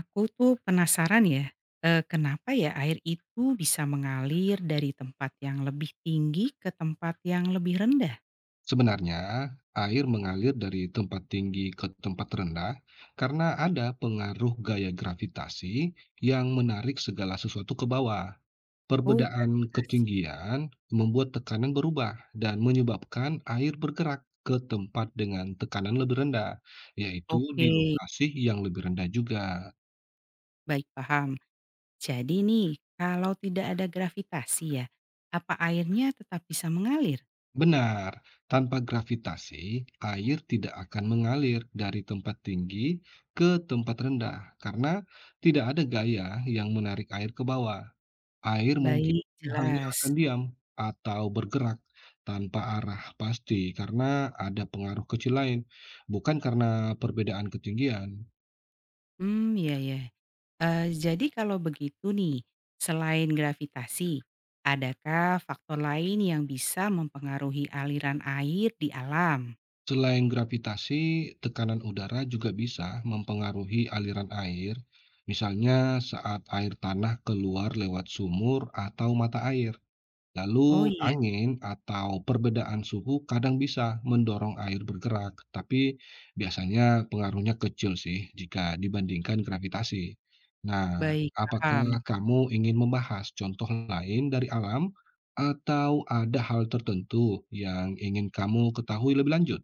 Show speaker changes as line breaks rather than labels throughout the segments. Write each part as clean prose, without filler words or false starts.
Aku tuh penasaran ya, kenapa ya air itu bisa mengalir dari tempat yang lebih tinggi ke tempat yang lebih rendah?
Sebenarnya, air mengalir dari tempat tinggi ke tempat rendah karena ada pengaruh gaya gravitasi yang menarik segala sesuatu ke bawah.
Oh
Perbedaan
gravitasi,
ketinggian membuat tekanan berubah dan menyebabkan air bergerak ke tempat dengan tekanan lebih rendah, yaitu
oke,
di lokasi yang lebih rendah juga.
baik paham. Jadi nih, kalau tidak ada gravitasi ya, apa airnya tetap bisa mengalir?
Benar, tanpa gravitasi, air tidak akan mengalir dari tempat tinggi ke tempat rendah karena tidak ada gaya yang menarik air ke bawah. Air mungkin
Baik,
hanya
jelas.
akan diam atau bergerak tanpa arah pasti karena ada pengaruh kecil lain, bukan karena perbedaan ketinggian.
Hmm, ya ya. Jadi kalau begitu nih, selain gravitasi, adakah faktor lain yang bisa mempengaruhi aliran air di alam?
Selain gravitasi, tekanan udara juga bisa mempengaruhi aliran air, misalnya saat air tanah keluar lewat sumur atau mata air.
Oh
Lalu
iya.
angin atau perbedaan suhu kadang bisa mendorong air bergerak, tapi biasanya pengaruhnya kecil sih jika dibandingkan gravitasi. Nah,
Baik, paham.
apakah kamu ingin membahas contoh lain dari alam atau ada hal tertentu yang ingin kamu ketahui lebih lanjut?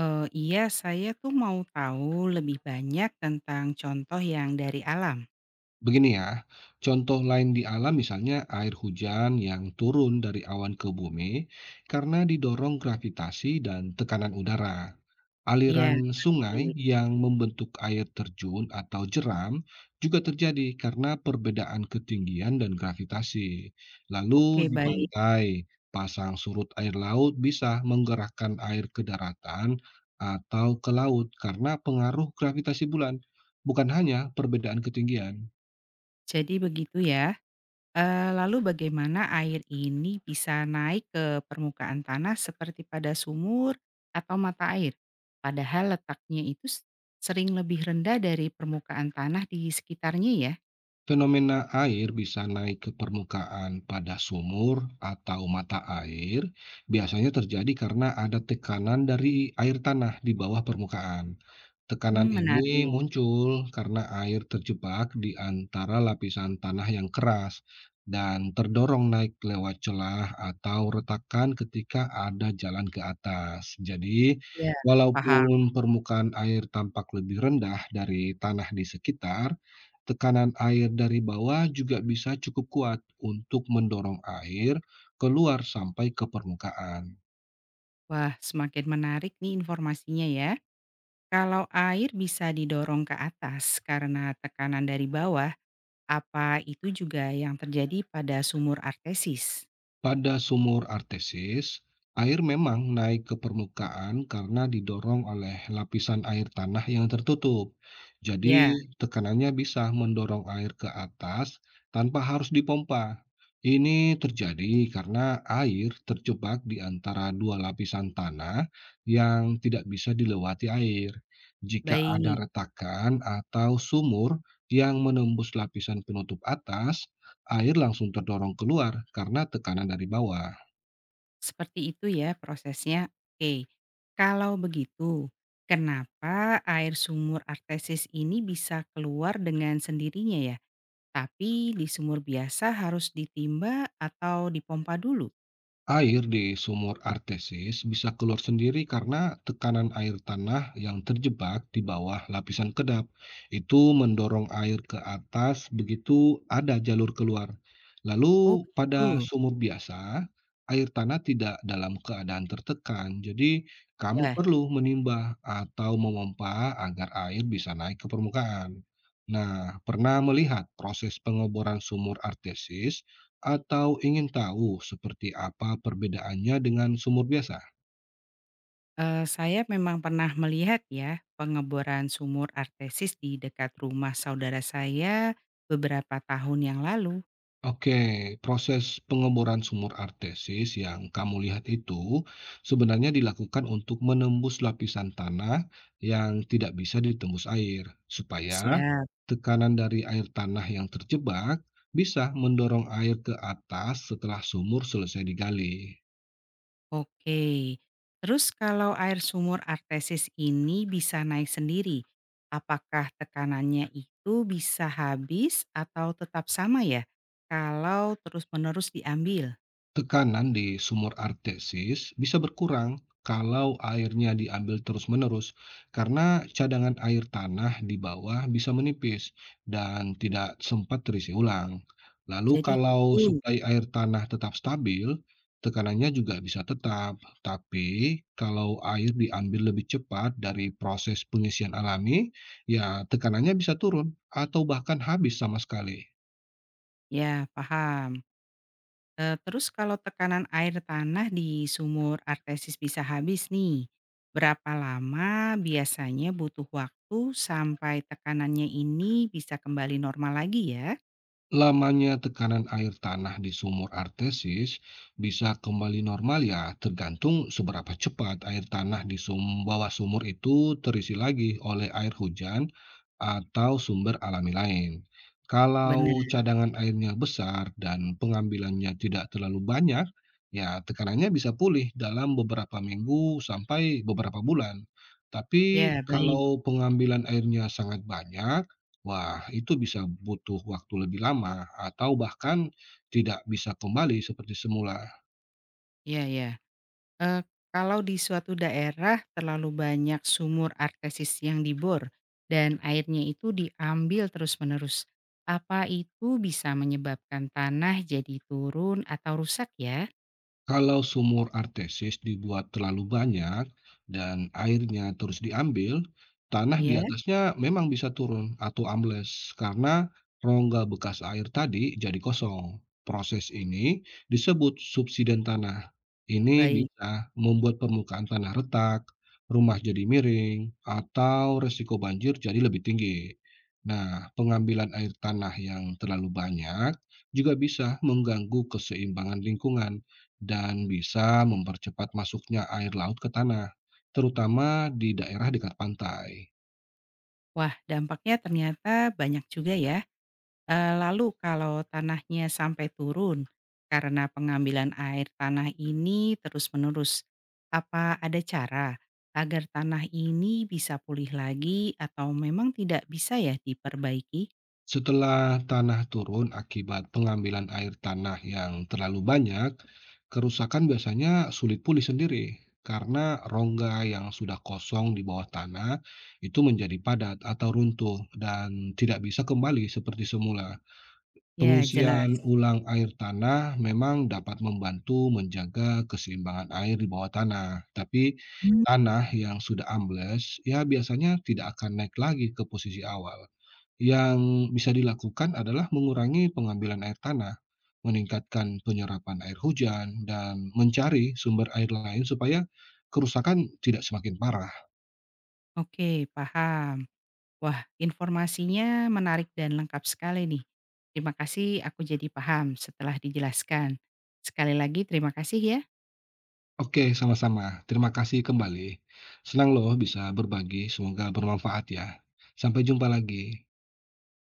Iya, saya tuh mau tahu lebih banyak tentang contoh yang dari alam.
Begini ya, contoh lain di alam misalnya air hujan yang turun dari awan ke bumi karena didorong gravitasi dan tekanan udara.
Iya,
Aliran
ngerti.
sungai yang membentuk air terjun atau jeram juga terjadi karena perbedaan ketinggian dan gravitasi. Lalu
Oke,
di
baik.
pantai, pasang surut air laut bisa menggerakkan air ke daratan atau ke laut karena pengaruh gravitasi bulan, bukan hanya perbedaan ketinggian.
Jadi begitu ya. Lalu bagaimana air ini bisa naik ke permukaan tanah seperti pada sumur atau mata air? Padahal letaknya itu sering lebih rendah dari permukaan tanah di sekitarnya ya?
Fenomena air bisa naik ke permukaan pada sumur atau mata air, biasanya terjadi karena ada tekanan dari air tanah di bawah permukaan. Tekanan
Mmm,
ini
menarik.
muncul karena air terjebak di antara lapisan tanah yang keras dan terdorong naik lewat celah atau retakan ketika ada jalan ke atas. Jadi,
Ya paham.
walaupun permukaan air tampak lebih rendah dari tanah di sekitar, tekanan air dari bawah juga bisa cukup kuat untuk mendorong air keluar sampai ke permukaan.
Wah, semakin menarik nih informasinya ya. Kalau air bisa didorong ke atas karena tekanan dari bawah, apa itu juga yang terjadi pada sumur artesis?
Pada sumur artesis, air memang naik ke permukaan karena didorong oleh lapisan air tanah yang tertutup. Jadi,
Ya,
tekanannya bisa mendorong air ke atas tanpa harus dipompa. Ini terjadi karena air terjebak di antara dua lapisan tanah yang tidak bisa dilewati air. Jika ada
baik.
retakan atau sumur yang menembus lapisan penutup atas, air langsung terdorong keluar karena tekanan dari bawah.
Seperti itu ya prosesnya. Oke. Kalau begitu, kenapa air sumur artesis ini bisa keluar dengan sendirinya ya? Tapi di sumur biasa harus ditimba atau dipompa dulu?
Air di sumur artesis bisa keluar sendiri karena tekanan air tanah yang terjebak di bawah lapisan kedap. Itu mendorong air ke atas begitu ada jalur keluar. Lalu
Oh,
pada
begitu.
sumur biasa, air tanah tidak dalam keadaan tertekan. Jadi kamu
Ya.
perlu menimba atau memompa agar air bisa naik ke permukaan. Nah, pernah melihat proses pengeboran sumur artesis? Atau ingin tahu seperti apa perbedaannya dengan sumur biasa?
Saya memang pernah melihat ya, pengeboran sumur artesis di dekat rumah saudara saya beberapa tahun yang lalu.
Oke, proses pengeboran sumur artesis yang kamu lihat itu sebenarnya dilakukan untuk menembus lapisan tanah yang tidak bisa ditembus air, supaya
Siap.
tekanan dari air tanah yang terjebak bisa mendorong air ke atas setelah sumur selesai digali.
Oke, terus kalau air sumur artesis ini bisa naik sendiri, apakah tekanannya itu bisa habis atau tetap sama ya, kalau terus-menerus diambil?
Tekanan di sumur artesis bisa berkurang kalau airnya diambil terus-menerus, karena cadangan air tanah di bawah bisa menipis dan tidak sempat terisi ulang. Lalu,
Jadi
kalau
gitu,
suplai air tanah tetap stabil, tekanannya juga bisa tetap, tapi kalau air diambil lebih cepat dari proses pengisian alami, ya tekanannya bisa turun atau bahkan habis sama sekali.
ya paham. Terus kalau tekanan air tanah di sumur artesis bisa habis nih, berapa lama biasanya butuh waktu sampai tekanannya ini bisa kembali normal lagi ya?
Lamanya tekanan air tanah di sumur artesis bisa kembali normal ya, tergantung seberapa cepat air tanah di bawah sumur itu terisi lagi oleh air hujan atau sumber alami lain. Kalau
Benar,
cadangan airnya besar dan pengambilannya tidak terlalu banyak, ya tekanannya bisa pulih dalam beberapa minggu sampai beberapa bulan. Tapi
ya baik,
kalau pengambilan airnya sangat banyak, wah, itu bisa butuh waktu lebih lama atau bahkan tidak bisa kembali seperti semula.
ya ya. Eee, kalau di suatu daerah terlalu banyak sumur artesis yang dibor dan airnya itu diambil terus-menerus, apa itu bisa menyebabkan tanah jadi turun atau rusak ya?
Kalau sumur artesis dibuat terlalu banyak dan airnya terus diambil, tanah di
Ya
atasnya memang bisa turun atau ambles karena rongga bekas air tadi jadi kosong. Proses ini disebut subsiden tanah. Ini
baik.
bisa membuat permukaan tanah retak, rumah jadi miring, atau resiko banjir jadi lebih tinggi. Nah, pengambilan air tanah yang terlalu banyak juga bisa mengganggu keseimbangan lingkungan dan bisa mempercepat masuknya air laut ke tanah, terutama di daerah dekat pantai.
Wah, dampaknya ternyata banyak juga ya. Lalu kalau tanahnya sampai turun karena pengambilan air tanah ini terus-menerus, apa ada cara agar tanah ini bisa pulih lagi atau memang tidak bisa ya diperbaiki?
Setelah tanah turun akibat pengambilan air tanah yang terlalu banyak, kerusakan biasanya sulit pulih sendiri karena rongga yang sudah kosong di bawah tanah itu menjadi padat atau runtuh dan tidak bisa kembali seperti semula.
Ya
Pengisian
jelas.
ulang air tanah memang dapat membantu menjaga keseimbangan air di bawah tanah, tapi
Mmm,
tanah yang sudah ambles ya biasanya tidak akan naik lagi ke posisi awal. Yang bisa dilakukan adalah mengurangi pengambilan air tanah, meningkatkan penyerapan air hujan, dan mencari sumber air lain supaya kerusakan tidak semakin parah.
oke paham. Wah, informasinya menarik dan lengkap sekali nih. Terima kasih, aku jadi paham setelah dijelaskan. Sekali lagi terima kasih ya.
Oke, sama-sama. Terima kasih kembali. Senang loh bisa berbagi, semoga bermanfaat ya. Sampai jumpa lagi.